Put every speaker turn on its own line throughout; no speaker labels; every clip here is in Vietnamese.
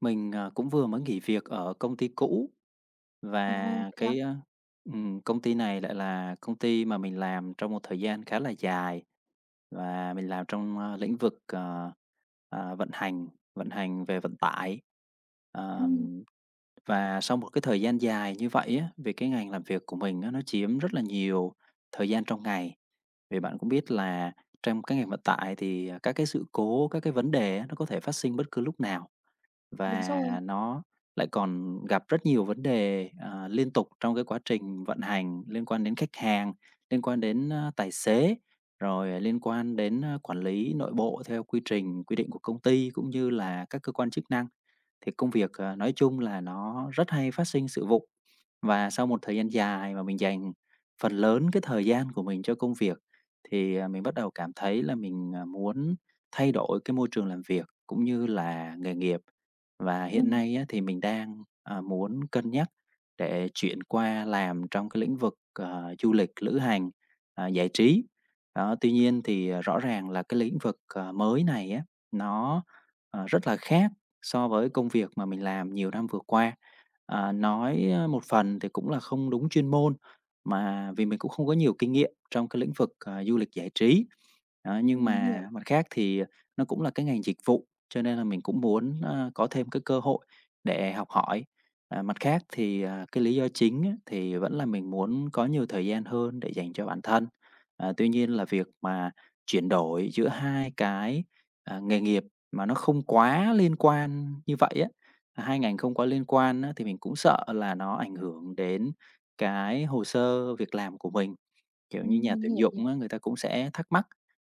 Mình, cũng vừa mới nghỉ việc ở công ty cũ
Ồ,
và
vậy à?
cái, công ty này lại là công ty mà mình làm trong một thời gian khá là dài và mình làm trong, lĩnh vực, ờ, vận hành, vận hành về vận tải.
Ừm,
Ờm, và sau một cái thời gian dài như vậy á, vì cái ngành làm việc của mình á, nó chiếm rất là nhiều thời gian trong ngày. Vì bạn cũng biết là trong cái ngành vận tải thì, các cái sự cố, các cái vấn đề á, nó có thể phát sinh bất cứ lúc nào.
đúng
Và
rồi.
nó lại còn gặp rất nhiều vấn đề, liên tục trong cái quá trình vận hành liên quan đến khách hàng, liên quan đến, tài xế, rồi liên quan đến, quản lý nội bộ theo quy trình, quy định của công ty cũng như là các cơ quan chức năng. Thì công việc, nói chung là nó rất hay phát sinh sự vụ. Và sau một thời gian dài mà mình dành phần lớn cái thời gian của mình cho công việc thì, mình bắt đầu cảm thấy là mình, muốn thay đổi cái môi trường làm việc cũng như là nghề nghiệp. Và hiện
Ừm,
nay á, thì mình đang, muốn cân nhắc để chuyển qua làm trong cái lĩnh vực, du lịch, lữ hành, giải trí. Đó, tuy nhiên thì, rõ ràng là cái lĩnh vực, mới này á, nó rất là khác so với công việc mà mình làm nhiều năm vừa qua. À, nói, một phần thì cũng là không đúng chuyên môn, mà vì mình cũng không có nhiều kinh nghiệm trong cái lĩnh vực, du lịch giải trí. Đó,
ừm,
nhưng
mình hiểu,
mà mặt khác thì nó cũng là cái ngành dịch vụ. Cho nên là mình cũng muốn, có thêm cái cơ hội để học hỏi. À, mặt khác thì, cái lý do chính á, thì vẫn là mình muốn có nhiều thời gian hơn để dành cho bản thân. À, tuy nhiên là việc mà chuyển đổi giữa hai cái, nghề nghiệp mà nó không quá liên quan như vậy á, hai ngành không quá liên quan á, thì mình cũng sợ là nó ảnh hưởng đến cái hồ sơ việc làm của mình. Kiểu như, nhà
mình
tuyển
hiểu nè.
dụng á, người ta cũng sẽ thắc mắc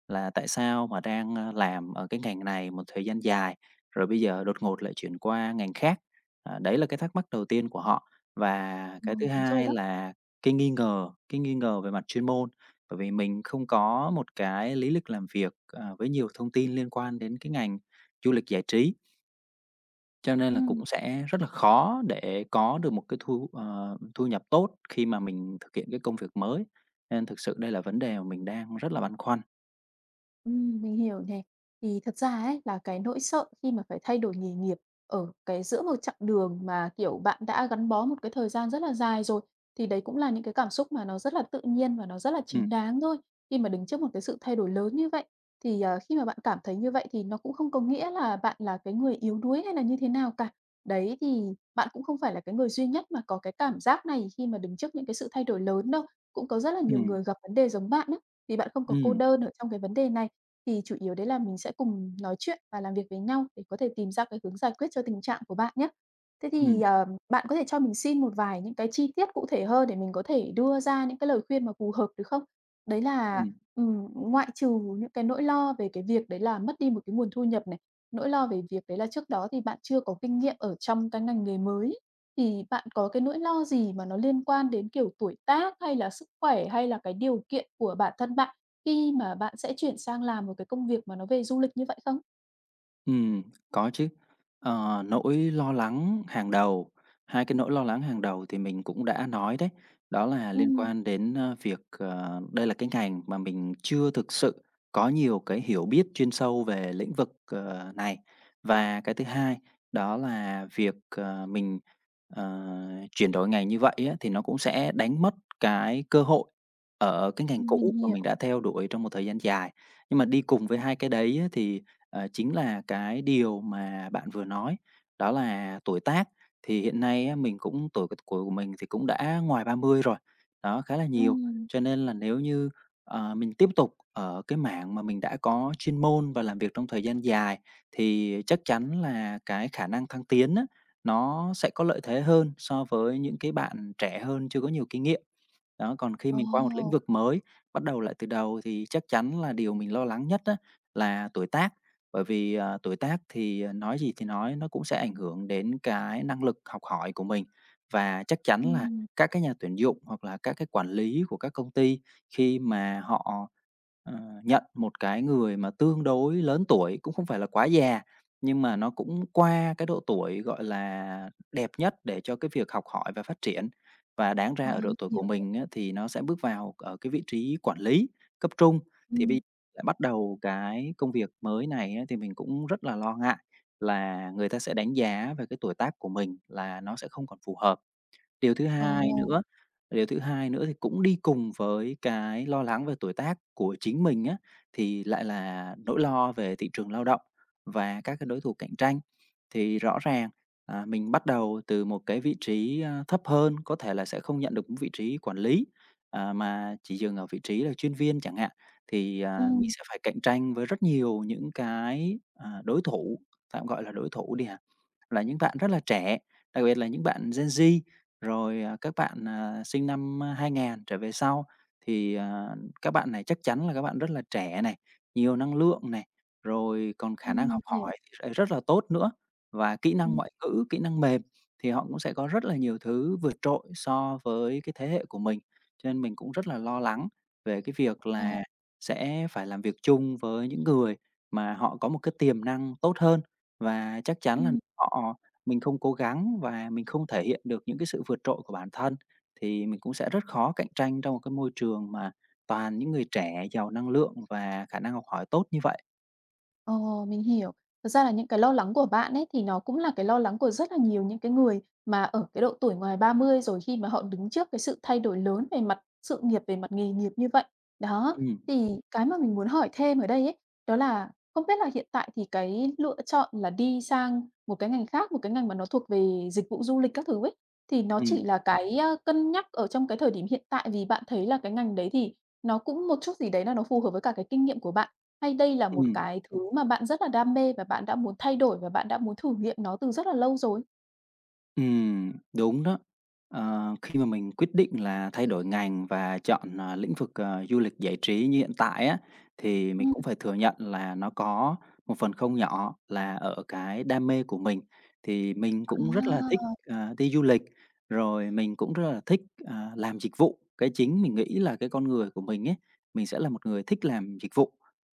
là tại sao mà đang, làm ở cái ngành này một thời gian dài, rồi bây giờ đột ngột lại chuyển qua ngành khác. À, đấy là cái thắc mắc đầu tiên của họ. Và
Ờ,
cái thứ
đúng rồi
hai
đó.
là cái nghi ngờ về mặt chuyên môn, bởi vì mình không có một cái lý lịch làm việc, với nhiều thông tin liên quan đến cái ngành du lịch giải trí. Cho nên là
Ừm.
cũng sẽ rất là khó để có được một cái thu nhập tốt khi mà mình thực hiện cái công việc mới, nên thực sự đây là vấn đề mà mình đang rất là băn khoăn.
Mình hiểu nè. Thì thật ra ấy, là cái nỗi sợ khi mà phải thay đổi nghề nghiệp ở cái giữa một chặng đường mà, kiểu, bạn đã gắn bó một cái thời gian rất là dài rồi, thì đấy cũng là những cái cảm xúc mà nó rất là tự nhiên và nó rất là
Ừm,
chính đáng thôi. Khi mà đứng trước một cái sự thay đổi lớn như vậy, thì, khi mà bạn cảm thấy như vậy thì nó cũng không có nghĩa là bạn là cái người yếu đuối hay là như thế nào cả. Đấy, thì bạn cũng không phải là cái người duy nhất mà có cái cảm giác này khi mà đứng trước những cái sự thay đổi lớn đâu, cũng có rất là nhiều
ừm,
người gặp vấn đề giống bạn á. Vì bạn không có cô
ừm,
đơn ở trong cái vấn đề này, thì chủ yếu đấy là mình sẽ cùng nói chuyện và làm việc với nhau để có thể tìm ra cái hướng giải quyết cho tình trạng của bạn nhé. Thế
ừm,
thì, bạn có thể cho mình xin một vài những cái chi tiết cụ thể hơn để mình có thể đưa ra những cái lời khuyên mà phù hợp được không? Đấy là,
ừm.
ngoại trừ những cái nỗi lo về cái việc đấy là mất đi một cái nguồn thu nhập này, nỗi lo về việc đấy là trước đó thì bạn chưa có kinh nghiệm ở trong cái ngành nghề mới thì bạn có cái nỗi lo gì mà nó liên quan đến, kiểu, tuổi tác hay là sức khỏe, hay là cái điều kiện của bản thân bạn khi mà bạn sẽ chuyển sang làm một cái công việc mà nó về du lịch như vậy không?
Ừ, có chứ. Ờ, nỗi lo lắng hàng đầu, hai cái nỗi lo lắng hàng đầu thì mình cũng đã nói đấy, đó là liên
Ừm,
quan đến, việc, đây là cái ngành mà mình chưa thực sự có nhiều cái hiểu biết chuyên sâu về lĩnh vực, này. Và cái thứ hai đó là việc, ờ, chuyển đổi ngành như vậy á, thì nó cũng sẽ đánh mất cái cơ hội ở cái ngành
mình
cũ mà
hiểu.
mình đã theo đuổi trong một thời gian dài. Nhưng mà đi cùng với hai cái đấy á thì ờ, chính là cái điều mà bạn vừa nói, đó là tuổi tác. Thì hiện nay á, mình cũng tuổi c của mình thì cũng đã ngoài 30 rồi, đó, khá là nhiều.
Ừm,
Cho nên là nếu như, mình tiếp tục ở cái mảng mà mình đã có chuyên môn và làm việc trong thời gian dài, thì chắc chắn là cái khả năng thăng tiến á, nó sẽ có lợi thế hơn so với những cái bạn trẻ hơn chưa có nhiều kinh nghiệm. Đó, còn khi
ồ,
mình qua một lĩnh vực mới, bắt đầu lại từ đầu thì chắc chắn là điều mình lo lắng nhất á, là tuổi tác. Bởi vì, tuổi tác thì, nói gì thì nói, nó cũng sẽ ảnh hưởng đến cái năng lực học hỏi của mình. Và chắc chắn là
ừm,
các cái nhà tuyển dụng hoặc là các cái quản lý của các công ty khi mà họ, ờ, nhận một cái người mà tương đối lớn tuổi, cũng không phải là quá già, nhưng mà nó cũng qua cái độ tuổi, gọi là, đẹp nhất để cho cái việc học hỏi và phát triển. Và đáng ra
ờ,
ở độ
mình
tuổi của
hiểu.
mình á thì nó sẽ bước vào ở cái vị trí quản lý cấp trung, thì
Ừm,
lại bắt đầu cái công việc mới này á, thì mình cũng rất là lo ngại là người ta sẽ đánh giá về cái tuổi tác của mình là nó sẽ không còn phù hợp. Điều thứ
ồ,
hai nữa điều thứ hai nữa thì cũng đi cùng với cái lo lắng về tuổi tác của chính mình á, thì lại là nỗi lo về thị trường lao động và các cái đối thủ cạnh tranh. Thì rõ ràng, mình bắt đầu từ một cái vị trí, thấp hơn, có thể là sẽ không nhận được một vị trí quản lý, mà chỉ dừng ở vị trí là chuyên viên chẳng hạn, thì, mình
ừm,
sẽ phải cạnh tranh với rất nhiều những cái, đối thủ tạm gọi là đối thủ đi ha, là những bạn rất là trẻ, đặc biệt là những bạn Gen Z. Rồi, các bạn, sinh năm, 2000 trở về sau thì, các bạn này chắc chắn là các bạn rất là trẻ này, nhiều năng lượng này, rồi còn khả năng
mình
học
hiểu.
hỏi thì sẽ rất là tốt nữa, và kỹ năng
Ừm,
ngoại ngữ, kỹ năng mềm thì họ cũng sẽ có rất là nhiều thứ vượt trội so với cái thế hệ của mình. Cho nên mình cũng rất là lo lắng về cái việc là
ồ,
sẽ phải làm việc chung với những người mà họ có một cái tiềm năng tốt hơn và chắc chắn là
ừm.
họ mình không cố gắng và mình không thể hiện được những cái sự vượt trội của bản thân, thì mình cũng sẽ rất khó cạnh tranh trong một cái môi trường mà toàn những người trẻ giàu năng lượng và khả năng học hỏi tốt như vậy.
Ồ, mình hiểu. Thật ra là những cái lo lắng của bạn ấy thì nó cũng là cái lo lắng của rất là nhiều những cái người mà ở cái độ tuổi ngoài 30 rồi khi mà họ đứng trước cái sự thay đổi lớn về mặt sự nghiệp, về mặt nghề nghiệp như vậy. Đó,
Ừm,
thì cái mà mình muốn hỏi thêm ở đây ấy, đó là không biết là hiện tại thì cái lựa chọn là đi sang một cái ngành khác, một cái ngành mà nó thuộc về dịch vụ du lịch các thứ ấy, thì nó
ừm,
chỉ là cái, cân nhắc ở trong cái thời điểm hiện tại vì bạn thấy là cái ngành đấy thì nó cũng một chút gì đấy là nó phù hợp với cả cái kinh nghiệm của bạn. Hay đây là một
ừm.
cái thứ mà bạn rất là đam mê và bạn đã muốn thay đổi và bạn đã muốn thử nghiệm nó từ rất là lâu rồi?
Đúng đó. Ờ, khi mà mình quyết định là thay đổi ngành và chọn, lĩnh vực, du lịch giải trí như hiện tại á, thì mình
Ừm.
cũng phải thừa nhận là nó có một phần không nhỏ là ở cái đam mê của mình. Thì mình
À,
cũng rất là thích, đi du lịch, rồi mình cũng rất là thích, làm dịch vụ. Cái chính mình nghĩ là cái con người của mình ấy, mình sẽ là một người thích làm dịch vụ.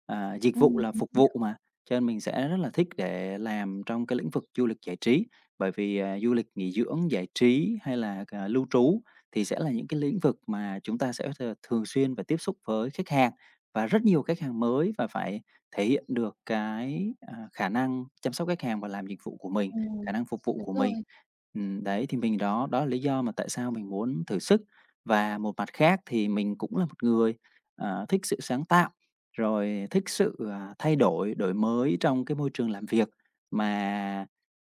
À, dịch vụ là
mình
phục
hiểu,
vụ mà, cho nên mình sẽ rất là thích để làm trong cái lĩnh vực du lịch giải trí. Bởi vì, du lịch nghỉ dưỡng, giải trí hay là, lưu trú thì sẽ là những cái lĩnh vực mà chúng ta sẽ thường xuyên phải tiếp xúc với khách hàng và rất nhiều khách hàng mới và phải thể hiện được cái, khả năng chăm sóc khách hàng và làm dịch vụ của mình,
ừm.
khả năng phục vụ
Đúng
của mình.
rồi,
Đấy, thì mình đó đó là lý do mà tại sao mình muốn thử sức. Và một mặt khác thì mình cũng là một người, thích sự sáng tạo, rồi thích sự, thay đổi, đổi mới trong cái môi trường làm việc mà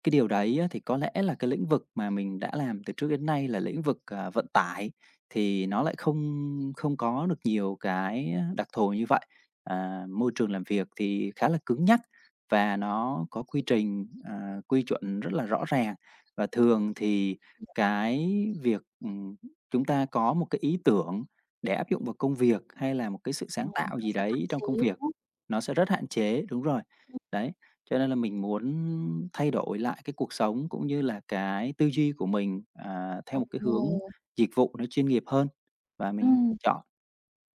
cái điều đấy á, thì có lẽ là cái lĩnh vực mà mình đã làm từ trước đến nay là lĩnh vực, vận tải, thì nó lại không không có được nhiều cái đặc thù như vậy. À, môi trường làm việc thì khá là cứng nhắc và nó có quy trình, quy chuẩn rất là rõ ràng. Và thường thì cái việc, chúng ta có một cái ý tưởng để áp dụng vào công việc hay là một cái sự
ờ,
sáng tạo
nó
gì
rất hạn
đấy trong
chế,
công
đúng
việc,
không?
nó sẽ rất hạn chế đúng rồi,
Ừm.
đấy. Cho nên là mình muốn thay đổi lại cái cuộc sống cũng như là cái tư duy của mình, theo
Ồ,
một cái hướng dịch vụ nó chuyên nghiệp hơn và mình
ừm,
chọn,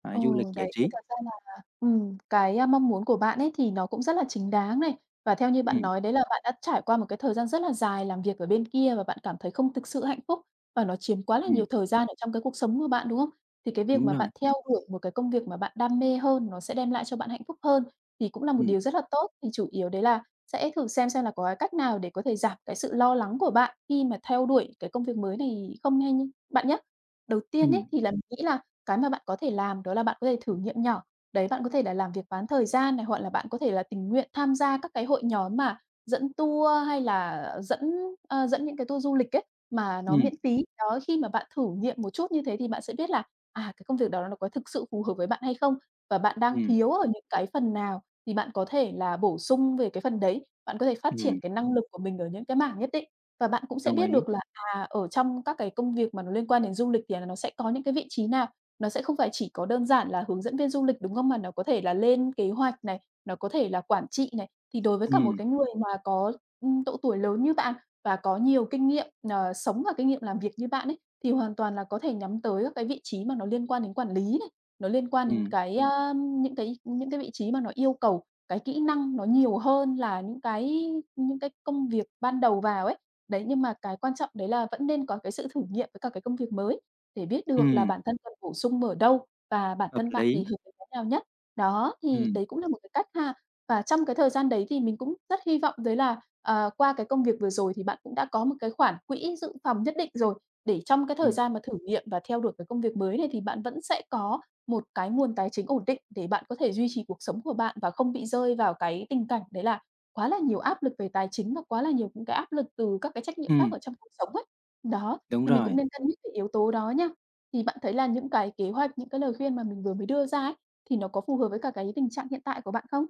ừ,
du lịch giải
đấy, thì
trí.
thật ra cái, mong muốn của bạn ấy thì nó cũng rất là chính đáng này, và theo như bạn
Ừm,
nói đấy là bạn đã trải qua một cái thời gian rất là dài làm việc ở bên kia và bạn cảm thấy không thực sự hạnh phúc và nó chiếm quá là
ừm,
nhiều thời gian ở trong cái cuộc sống của bạn, đúng không? Thì cái việc
đúng
mà
rồi.
bạn theo đuổi một cái công việc mà bạn đam mê hơn, nó sẽ đem lại cho bạn hạnh phúc hơn thì cũng là một
Ừm,
điều rất là tốt. Thì chủ yếu đấy là sẽ thử xem là có cái cách nào để có thể giảm cái sự lo lắng của bạn khi mà theo đuổi cái công việc mới này không hay như bạn nhé. Đầu tiên
ừm,
ấy thì là mình nghĩ là cái mà bạn có thể làm đó là bạn có thể thử nghiệm nhỏ. Đấy, bạn có thể là làm việc bán thời gian này, hoặc là bạn có thể là tình nguyện tham gia các cái hội nhóm mà dẫn tour hay là dẫn, dẫn những cái tour du lịch ấy, mà nó
ừm,
miễn phí. Đó, khi mà bạn thử nghiệm một chút như thế thì bạn sẽ biết là, cái công việc đó nó có thực sự phù hợp với bạn hay không? Và bạn đang
ừm,
thiếu ở những cái phần nào thì bạn có thể là bổ sung về cái phần đấy, bạn có thể phát triển
ừm,
cái năng lực của mình ở những cái mảng nhất định. Và bạn cũng sẽ
đồng
biết
ý.
được là, ở trong các cái công việc mà nó liên quan đến du lịch thì là nó sẽ có những cái vị trí nào nó sẽ không phải chỉ có đơn giản là hướng dẫn viên du lịch, đúng không? Mà nó có thể là lên kế hoạch này, nó có thể là quản trị này. Thì đối với cả một
Ừm,
cái người mà có, độ tuổi lớn như bạn và có nhiều kinh nghiệm, sống và kinh nghiệm làm việc như bạn ấy, thì hoàn toàn là có thể nhắm tới các cái vị trí mà nó liên quan đến quản lý này, nó liên quan đến
ừm,
cái, những cái vị trí mà nó yêu cầu cái kỹ năng nó nhiều hơn là những cái công việc ban đầu vào ấy. Đấy, nhưng mà cái quan trọng đấy là vẫn nên có cái sự thử nghiệm với cả cái công việc mới để biết được là
ừm,
bản thân cần bổ sung ở đâu và bản
hợp
thân bạn thì
lý.
hợp với cái nào nhất. Đó, thì
Ừm,
đấy cũng là một cái cách ha. Và trong cái thời gian đấy thì mình cũng rất hy vọng đấy là, qua cái công việc vừa rồi thì bạn cũng đã có một cái khoản quỹ dự phòng nhất định rồi, để trong cái thời
ừm,
gian mà thử nghiệm và theo đuổi cái công việc mới này thì bạn vẫn sẽ có một cái nguồn tài chính ổn định để bạn có thể duy trì cuộc sống của bạn và không bị rơi vào cái tình cảnh đấy là quá là nhiều áp lực về tài chính và quá là nhiều những cái áp lực từ các cái trách nhiệm khác
ừm,
ở trong cuộc sống ấy. Đó,
đúng
thì mình cũng
rồi.
nên cân nhắc cái yếu tố đó nhá. Thì bạn thấy là những cái kế hoạch, những cái lời khuyên mà mình vừa mới đưa ra ấy, thì nó có phù hợp với cả cái tình trạng hiện tại của bạn không?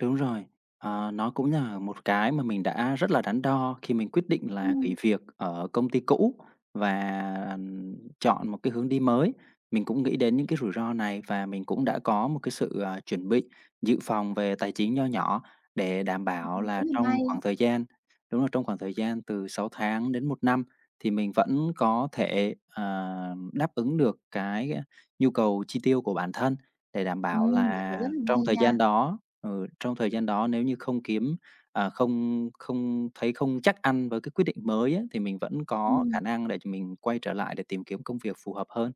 Đúng rồi, ờ, nó cũng là một cái mà mình đã rất là đắn đo khi mình quyết định là nghỉ việc ở công ty cũ và chọn một cái hướng đi mới. Mình cũng nghĩ đến những cái rủi ro này và mình cũng đã có một cái sự, chuẩn bị, dự phòng về tài chính nho nhỏ để đảm
Rất
bảo là
là
trong
may,
khoảng thời gian đúng là trong khoảng thời gian từ 6 tháng đến 1 năm thì mình vẫn có thể, đáp ứng được cái, nhu cầu chi tiêu của bản thân để đảm bảo
bạn nói
là
rất là
trong
may
thời
nha.
gian đó ừ, trong thời gian đó nếu như không kiếm, à, không không thấy không chắc ăn với cái quyết định mới á, thì mình vẫn có khả
Ừm.
năng để cho mình quay trở lại để tìm kiếm công việc phù hợp hơn.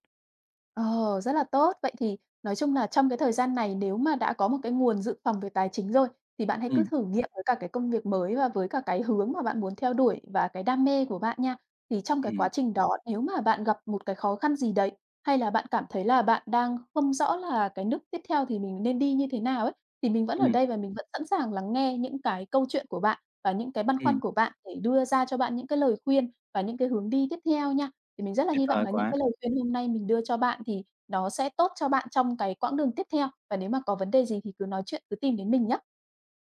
Ờ, rất là tốt. Vậy thì nói chung là trong cái thời gian này nếu mà đã có một cái nguồn dự phòng về tài chính rồi, thì bạn hãy cứ
Ừm,
thử nghiệm với cả cái công việc mới và với cả cái hướng mà bạn muốn theo đuổi và cái đam mê của bạn nha. Thì trong cái
ừm,
quá trình đó nếu mà bạn gặp một cái khó khăn gì đấy, hay là bạn cảm thấy là bạn đang không rõ là cái nước tiếp theo thì mình nên đi như thế nào ấy, thì mình vẫn ở
ừm,
đây và mình vẫn sẵn sàng lắng nghe những cái câu chuyện của bạn và những cái băn
ừm,
khoăn của bạn để đưa ra cho bạn những cái lời khuyên và những cái hướng đi tiếp theo nha. Thì mình rất là
tuyệt
hy vọng
vời
là những
quá!
cái lời khuyên hôm nay mình đưa cho bạn thì nó sẽ tốt cho bạn trong cái quãng đường tiếp theo, và nếu mà có vấn đề gì thì cứ nói chuyện, cứ tìm đến mình nhá.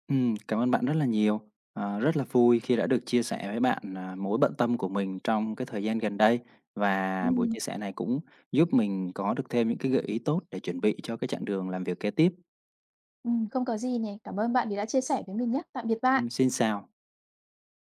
Cảm ơn bạn rất là nhiều. Ờ, rất là vui khi đã được chia sẻ với bạn, mối bận tâm của mình trong cái thời gian gần đây và buổi
Ừm,
chia sẻ này cũng giúp mình có được thêm những cái gợi ý tốt để chuẩn bị cho cái chặng đường làm việc kế tiếp.
Ừm, không có gì nè, cảm ơn bạn vì đã chia sẻ với mình nhé. Tạm biệt bạn.
Xin chào.